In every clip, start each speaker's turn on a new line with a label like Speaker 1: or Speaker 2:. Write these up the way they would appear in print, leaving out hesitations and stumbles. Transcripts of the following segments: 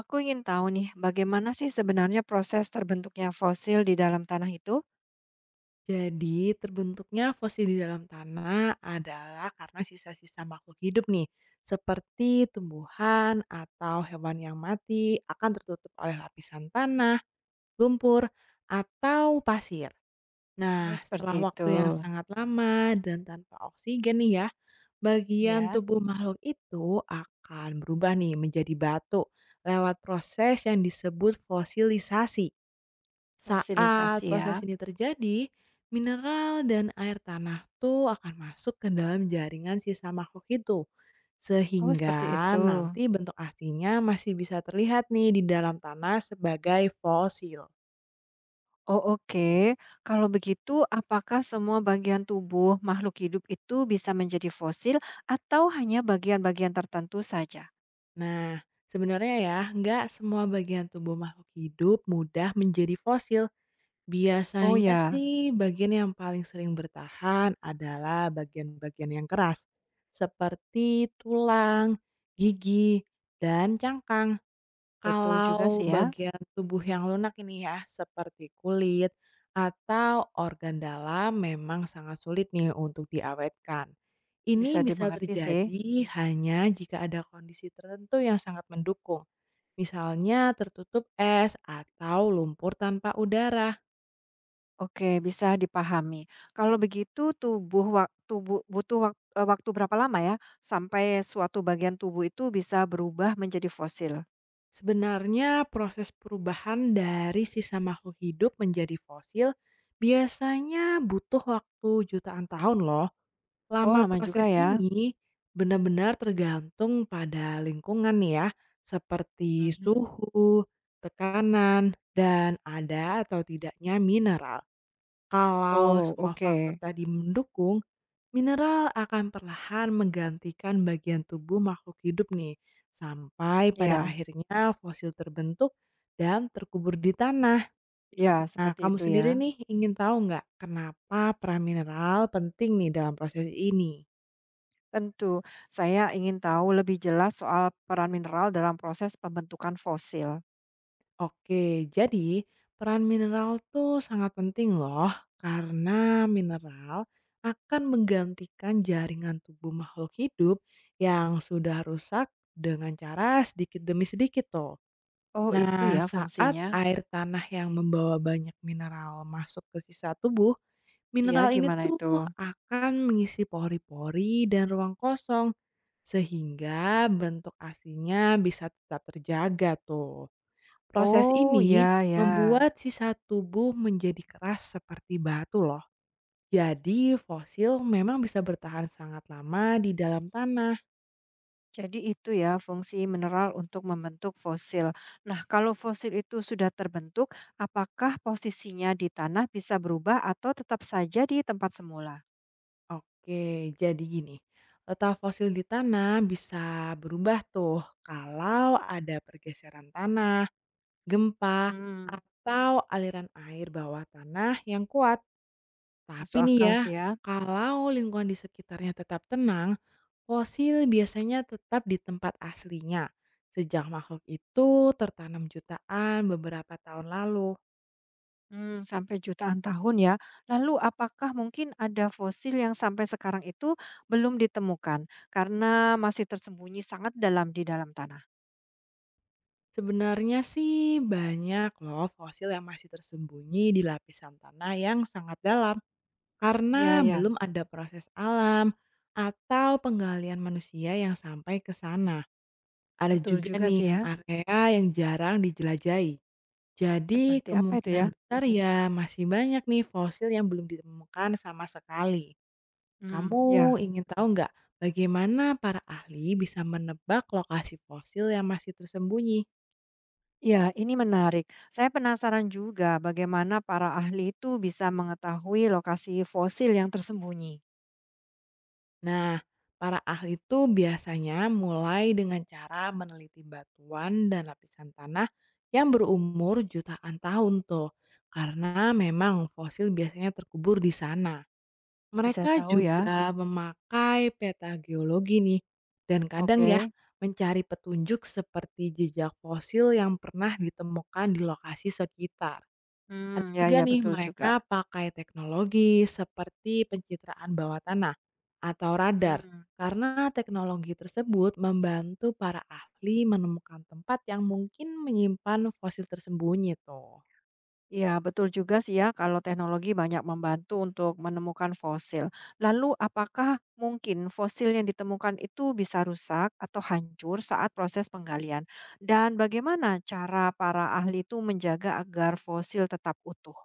Speaker 1: Aku ingin tahu nih, bagaimana sih sebenarnya proses terbentuknya fosil di dalam tanah itu?
Speaker 2: Jadi, terbentuknya fosil di dalam tanah adalah karena sisa-sisa makhluk hidup nih, seperti tumbuhan atau hewan yang mati akan tertutup oleh lapisan tanah, lumpur, atau pasir.
Speaker 1: Oh,
Speaker 2: Nah,
Speaker 1: seperti
Speaker 2: setelah
Speaker 1: itu.
Speaker 2: waktu yang sangat lama dan tanpa oksigen nih ya, bagian
Speaker 1: Ya,
Speaker 2: tubuh makhluk itu akan berubah nih menjadi batu lewat proses yang disebut fosilisasi. Saat
Speaker 1: fosilisasi
Speaker 2: proses
Speaker 1: ya.
Speaker 2: ini terjadi, mineral dan air tanah tuh akan masuk ke dalam jaringan sisa makhluk itu.
Speaker 1: Oh,
Speaker 2: Sehingga
Speaker 1: seperti itu.
Speaker 2: nanti bentuk aslinya masih bisa terlihat nih di dalam tanah sebagai fosil.
Speaker 1: Oh, oke. Kalau begitu, apakah semua bagian tubuh makhluk hidup itu bisa menjadi fosil atau hanya bagian-bagian tertentu saja?
Speaker 2: Nah, sebenarnya ya, nggak semua bagian tubuh makhluk hidup mudah menjadi fosil.
Speaker 1: Oh
Speaker 2: Biasanya
Speaker 1: ya,
Speaker 2: sih bagian yang paling sering bertahan adalah bagian-bagian yang keras, seperti tulang, gigi, dan cangkang.
Speaker 1: betul juga
Speaker 2: Kalau
Speaker 1: sih ya.
Speaker 2: bagian tubuh yang lunak ini ya, seperti kulit atau organ dalam memang sangat sulit nih untuk diawetkan. Ini
Speaker 1: Bisa
Speaker 2: bisa
Speaker 1: dimengerti sih.
Speaker 2: terjadi hanya jika ada kondisi tertentu yang sangat mendukung, misalnya tertutup es atau lumpur tanpa udara.
Speaker 1: Oke, bisa dipahami. Kalau begitu tubuh wak tubuh butuh wak eee, waktu berapa lama ya, sampai suatu bagian tubuh itu bisa berubah menjadi fosil?
Speaker 2: Sebenarnya proses perubahan dari sisa makhluk hidup menjadi fosil biasanya butuh waktu jutaan tahun loh.
Speaker 1: Oh,
Speaker 2: Lama
Speaker 1: lama juga
Speaker 2: proses
Speaker 1: ya.
Speaker 2: ini benar-benar tergantung pada lingkungan nih ya, seperti
Speaker 1: Mhm.
Speaker 2: suhu, tekanan, dan ada atau tidaknya mineral. Kalau
Speaker 1: Oh,
Speaker 2: semua
Speaker 1: oke.
Speaker 2: faktor tadi mendukung, mineral akan perlahan menggantikan bagian tubuh makhluk hidup nih, sampai pada
Speaker 1: Ya,
Speaker 2: akhirnya fosil terbentuk dan terkubur di tanah.
Speaker 1: ya,
Speaker 2: Nah,
Speaker 1: seperti
Speaker 2: kamu
Speaker 1: itu
Speaker 2: sendiri
Speaker 1: ya.
Speaker 2: nih ingin tahu nggak kenapa peran mineral penting nih dalam proses ini?
Speaker 1: Tentu. Saya ingin tahu lebih jelas soal peran mineral dalam proses pembentukan fosil.
Speaker 2: Oke, jadi peran mineral tuh sangat penting loh, karena mineral akan menggantikan jaringan tubuh makhluk hidup yang sudah rusak dengan cara sedikit demi sedikit tuh.
Speaker 1: Oh, itu
Speaker 2: Nah,
Speaker 1: ya
Speaker 2: saat
Speaker 1: fungsinya.
Speaker 2: air tanah yang membawa banyak mineral masuk ke sisa tubuh,
Speaker 1: Iya,
Speaker 2: mineral ini
Speaker 1: gimana
Speaker 2: tuh
Speaker 1: itu?
Speaker 2: akan mengisi pori-pori dan ruang kosong, sehingga bentuk aslinya bisa tetap terjaga tuh. Proses
Speaker 1: Oh,
Speaker 2: ini
Speaker 1: ya ya.
Speaker 2: membuat sisa tubuh menjadi keras seperti batu loh. Jadi fosil memang bisa bertahan sangat lama di dalam tanah.
Speaker 1: Jadi itu ya fungsi mineral untuk membentuk fosil. Nah, kalau fosil itu sudah terbentuk, apakah posisinya di tanah bisa berubah atau tetap saja di tempat semula?
Speaker 2: Oke, jadi gini. Letak fosil di tanah bisa berubah tuh kalau ada pergeseran tanah, gempa,
Speaker 1: Hmm,
Speaker 2: atau aliran air bawah tanah yang kuat. Tapi
Speaker 1: masuk
Speaker 2: nih
Speaker 1: akal
Speaker 2: ya,
Speaker 1: sih ya.
Speaker 2: kalau lingkungan di sekitarnya tetap tenang, fosil biasanya tetap di tempat aslinya. Sejak makhluk itu tertanam jutaan beberapa tahun lalu.
Speaker 1: Hmm, sampai jutaan tahun ya. Lalu apakah mungkin ada fosil yang sampai sekarang itu belum ditemukan karena masih tersembunyi sangat dalam di dalam tanah?
Speaker 2: Sebenarnya sih banyak loh fosil yang masih tersembunyi di lapisan tanah yang sangat dalam
Speaker 1: Iya,
Speaker 2: karena
Speaker 1: ya.
Speaker 2: belum ada proses alam atau penggalian manusia yang sampai ke sana. Ada
Speaker 1: Betul
Speaker 2: juga
Speaker 1: juga
Speaker 2: nih
Speaker 1: sih ya.
Speaker 2: area yang jarang dijelajahi. Jadi
Speaker 1: Seperti apa itu ya?
Speaker 2: kemungkinan besar ya masih banyak nih fosil yang belum ditemukan sama sekali.
Speaker 1: Hmm,
Speaker 2: Kamu
Speaker 1: ya.
Speaker 2: ingin tahu nggak bagaimana para ahli bisa menebak lokasi fosil yang masih tersembunyi?
Speaker 1: Ya, ini menarik. Saya penasaran juga bagaimana para ahli itu bisa mengetahui lokasi fosil yang tersembunyi.
Speaker 2: Nah, para ahli itu biasanya mulai dengan cara meneliti batuan dan lapisan tanah yang berumur jutaan tahun tuh. Karena memang fosil biasanya terkubur di sana.
Speaker 1: Bisa
Speaker 2: Mereka
Speaker 1: tahu ya?
Speaker 2: juga memakai peta geologi nih. Dan kadang ya
Speaker 1: Oke.
Speaker 2: mencari petunjuk seperti jejak fosil yang pernah ditemukan di lokasi sekitar. Ada
Speaker 1: Hmm, ya
Speaker 2: juga
Speaker 1: ya
Speaker 2: nih
Speaker 1: betul
Speaker 2: mereka
Speaker 1: juga.
Speaker 2: pakai teknologi seperti pencitraan bawah tanah atau radar,
Speaker 1: Hmm.
Speaker 2: karena teknologi tersebut membantu para ahli menemukan tempat yang mungkin menyimpan fosil tersembunyi tuh.
Speaker 1: Ya, betul juga sih ya kalau teknologi banyak membantu untuk menemukan fosil. Lalu apakah mungkin fosil yang ditemukan itu bisa rusak atau hancur saat proses penggalian? Dan bagaimana cara para ahli itu menjaga agar fosil tetap utuh?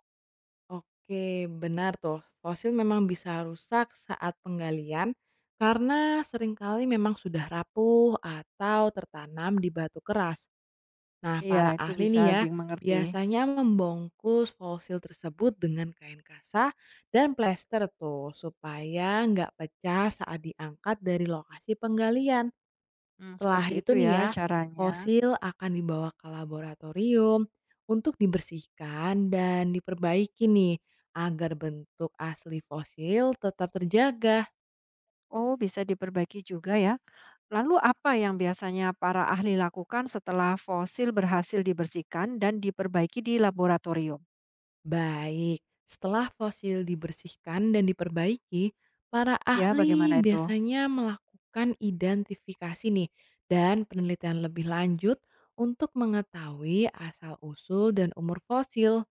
Speaker 2: Oke, benar tuh. Fosil memang bisa rusak saat penggalian karena seringkali memang sudah rapuh atau tertanam di batu keras. Nah,
Speaker 1: Iya,
Speaker 2: para
Speaker 1: itu
Speaker 2: ahli
Speaker 1: bisa
Speaker 2: nih ya,
Speaker 1: dimengerti.
Speaker 2: biasanya membungkus fosil tersebut dengan kain kasa dan plester tuh, supaya nggak pecah saat diangkat dari lokasi penggalian.
Speaker 1: Hmm,
Speaker 2: Setelah
Speaker 1: seperti
Speaker 2: itu
Speaker 1: itu
Speaker 2: nih
Speaker 1: ya
Speaker 2: ya,
Speaker 1: caranya.
Speaker 2: fosil akan dibawa ke laboratorium untuk dibersihkan dan diperbaiki nih, agar bentuk asli fosil tetap terjaga.
Speaker 1: Oh, bisa diperbaiki juga ya. Lalu apa yang biasanya para ahli lakukan setelah fosil berhasil dibersihkan dan diperbaiki di laboratorium?
Speaker 2: Baik, setelah fosil dibersihkan dan diperbaiki, para
Speaker 1: Ya,
Speaker 2: ahli
Speaker 1: bagaimana itu?
Speaker 2: biasanya melakukan identifikasi nih dan penelitian lebih lanjut untuk mengetahui asal-usul dan umur fosil.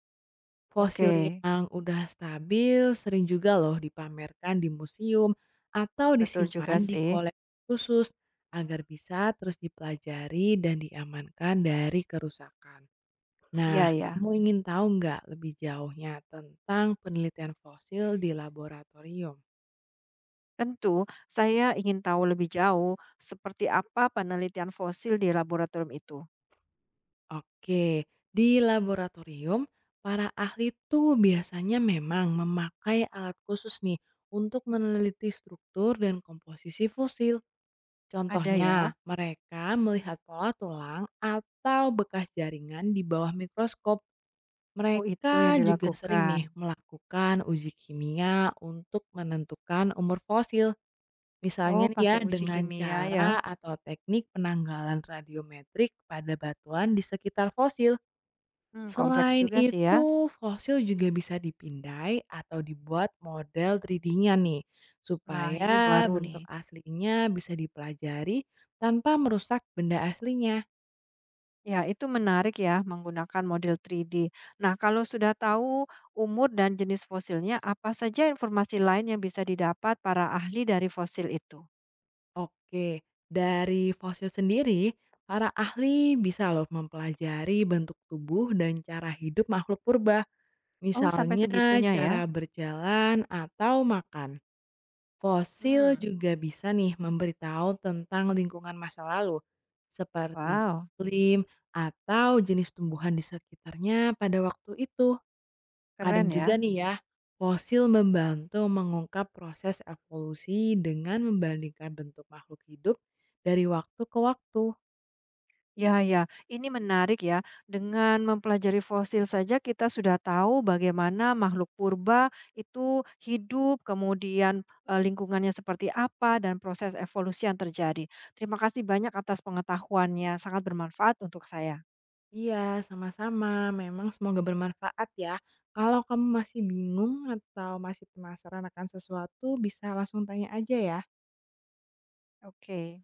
Speaker 1: Oke,
Speaker 2: Fosil yang udah stabil sering juga loh dipamerkan di museum atau
Speaker 1: betul juga
Speaker 2: disimpan di
Speaker 1: sih.
Speaker 2: koleksi khusus agar bisa terus dipelajari dan diamankan dari kerusakan. Nah,
Speaker 1: Iya ya.
Speaker 2: kamu ingin tahu nggak lebih jauhnya tentang penelitian fosil di laboratorium?
Speaker 1: Tentu, saya ingin tahu lebih jauh seperti apa penelitian fosil di laboratorium itu.
Speaker 2: Oke, di laboratorium, para ahli tuh biasanya memang memakai alat khusus nih untuk meneliti struktur dan komposisi fosil.
Speaker 1: Ada ya?
Speaker 2: Contohnya, mereka melihat pola tulang atau bekas jaringan di bawah mikroskop.
Speaker 1: Oh, itu yang
Speaker 2: Mereka juga sering
Speaker 1: dilakukan.
Speaker 2: nih melakukan uji kimia untuk menentukan umur fosil.
Speaker 1: Oh,
Speaker 2: Misalnya nih ya,
Speaker 1: pakai uji
Speaker 2: dengan
Speaker 1: kimia
Speaker 2: cara
Speaker 1: ya.
Speaker 2: atau teknik penanggalan radiometrik pada batuan di sekitar fosil.
Speaker 1: Hmm, kompleks
Speaker 2: Selain
Speaker 1: juga sih ya.
Speaker 2: itu, fosil juga bisa dipindai atau dibuat model 3D-nya nih,
Speaker 1: Nah, ini
Speaker 2: supaya
Speaker 1: baru
Speaker 2: bentuk
Speaker 1: nih.
Speaker 2: aslinya bisa dipelajari tanpa merusak benda aslinya.
Speaker 1: Ya, itu menarik ya menggunakan model 3D. Nah, kalau sudah tahu umur dan jenis fosilnya, apa saja informasi lain yang bisa didapat para ahli dari fosil itu?
Speaker 2: Oke, dari fosil sendiri, para ahli bisa loh mempelajari bentuk tubuh dan cara hidup makhluk purba.
Speaker 1: Oh, sampai
Speaker 2: Misalnya
Speaker 1: segitunya ya.
Speaker 2: cara berjalan atau makan. Fosil
Speaker 1: Hmm,
Speaker 2: juga bisa nih memberitahu tentang lingkungan masa lalu, seperti
Speaker 1: wow,
Speaker 2: iklim atau jenis tumbuhan di sekitarnya pada waktu itu. Kadang
Speaker 1: keren
Speaker 2: juga
Speaker 1: ya.
Speaker 2: nih ya, fosil membantu mengungkap proses evolusi dengan membandingkan bentuk makhluk hidup dari waktu ke waktu.
Speaker 1: Ya, ya, ini menarik ya. Dengan mempelajari fosil saja kita sudah tahu bagaimana makhluk purba itu hidup, kemudian lingkungannya seperti apa dan proses evolusi yang terjadi. Terima kasih banyak atas pengetahuannya, sangat bermanfaat untuk saya.
Speaker 2: Iya, sama-sama. Memang semoga bermanfaat ya. Kalau kamu masih bingung atau masih penasaran akan sesuatu, bisa langsung tanya aja ya.
Speaker 1: Oke.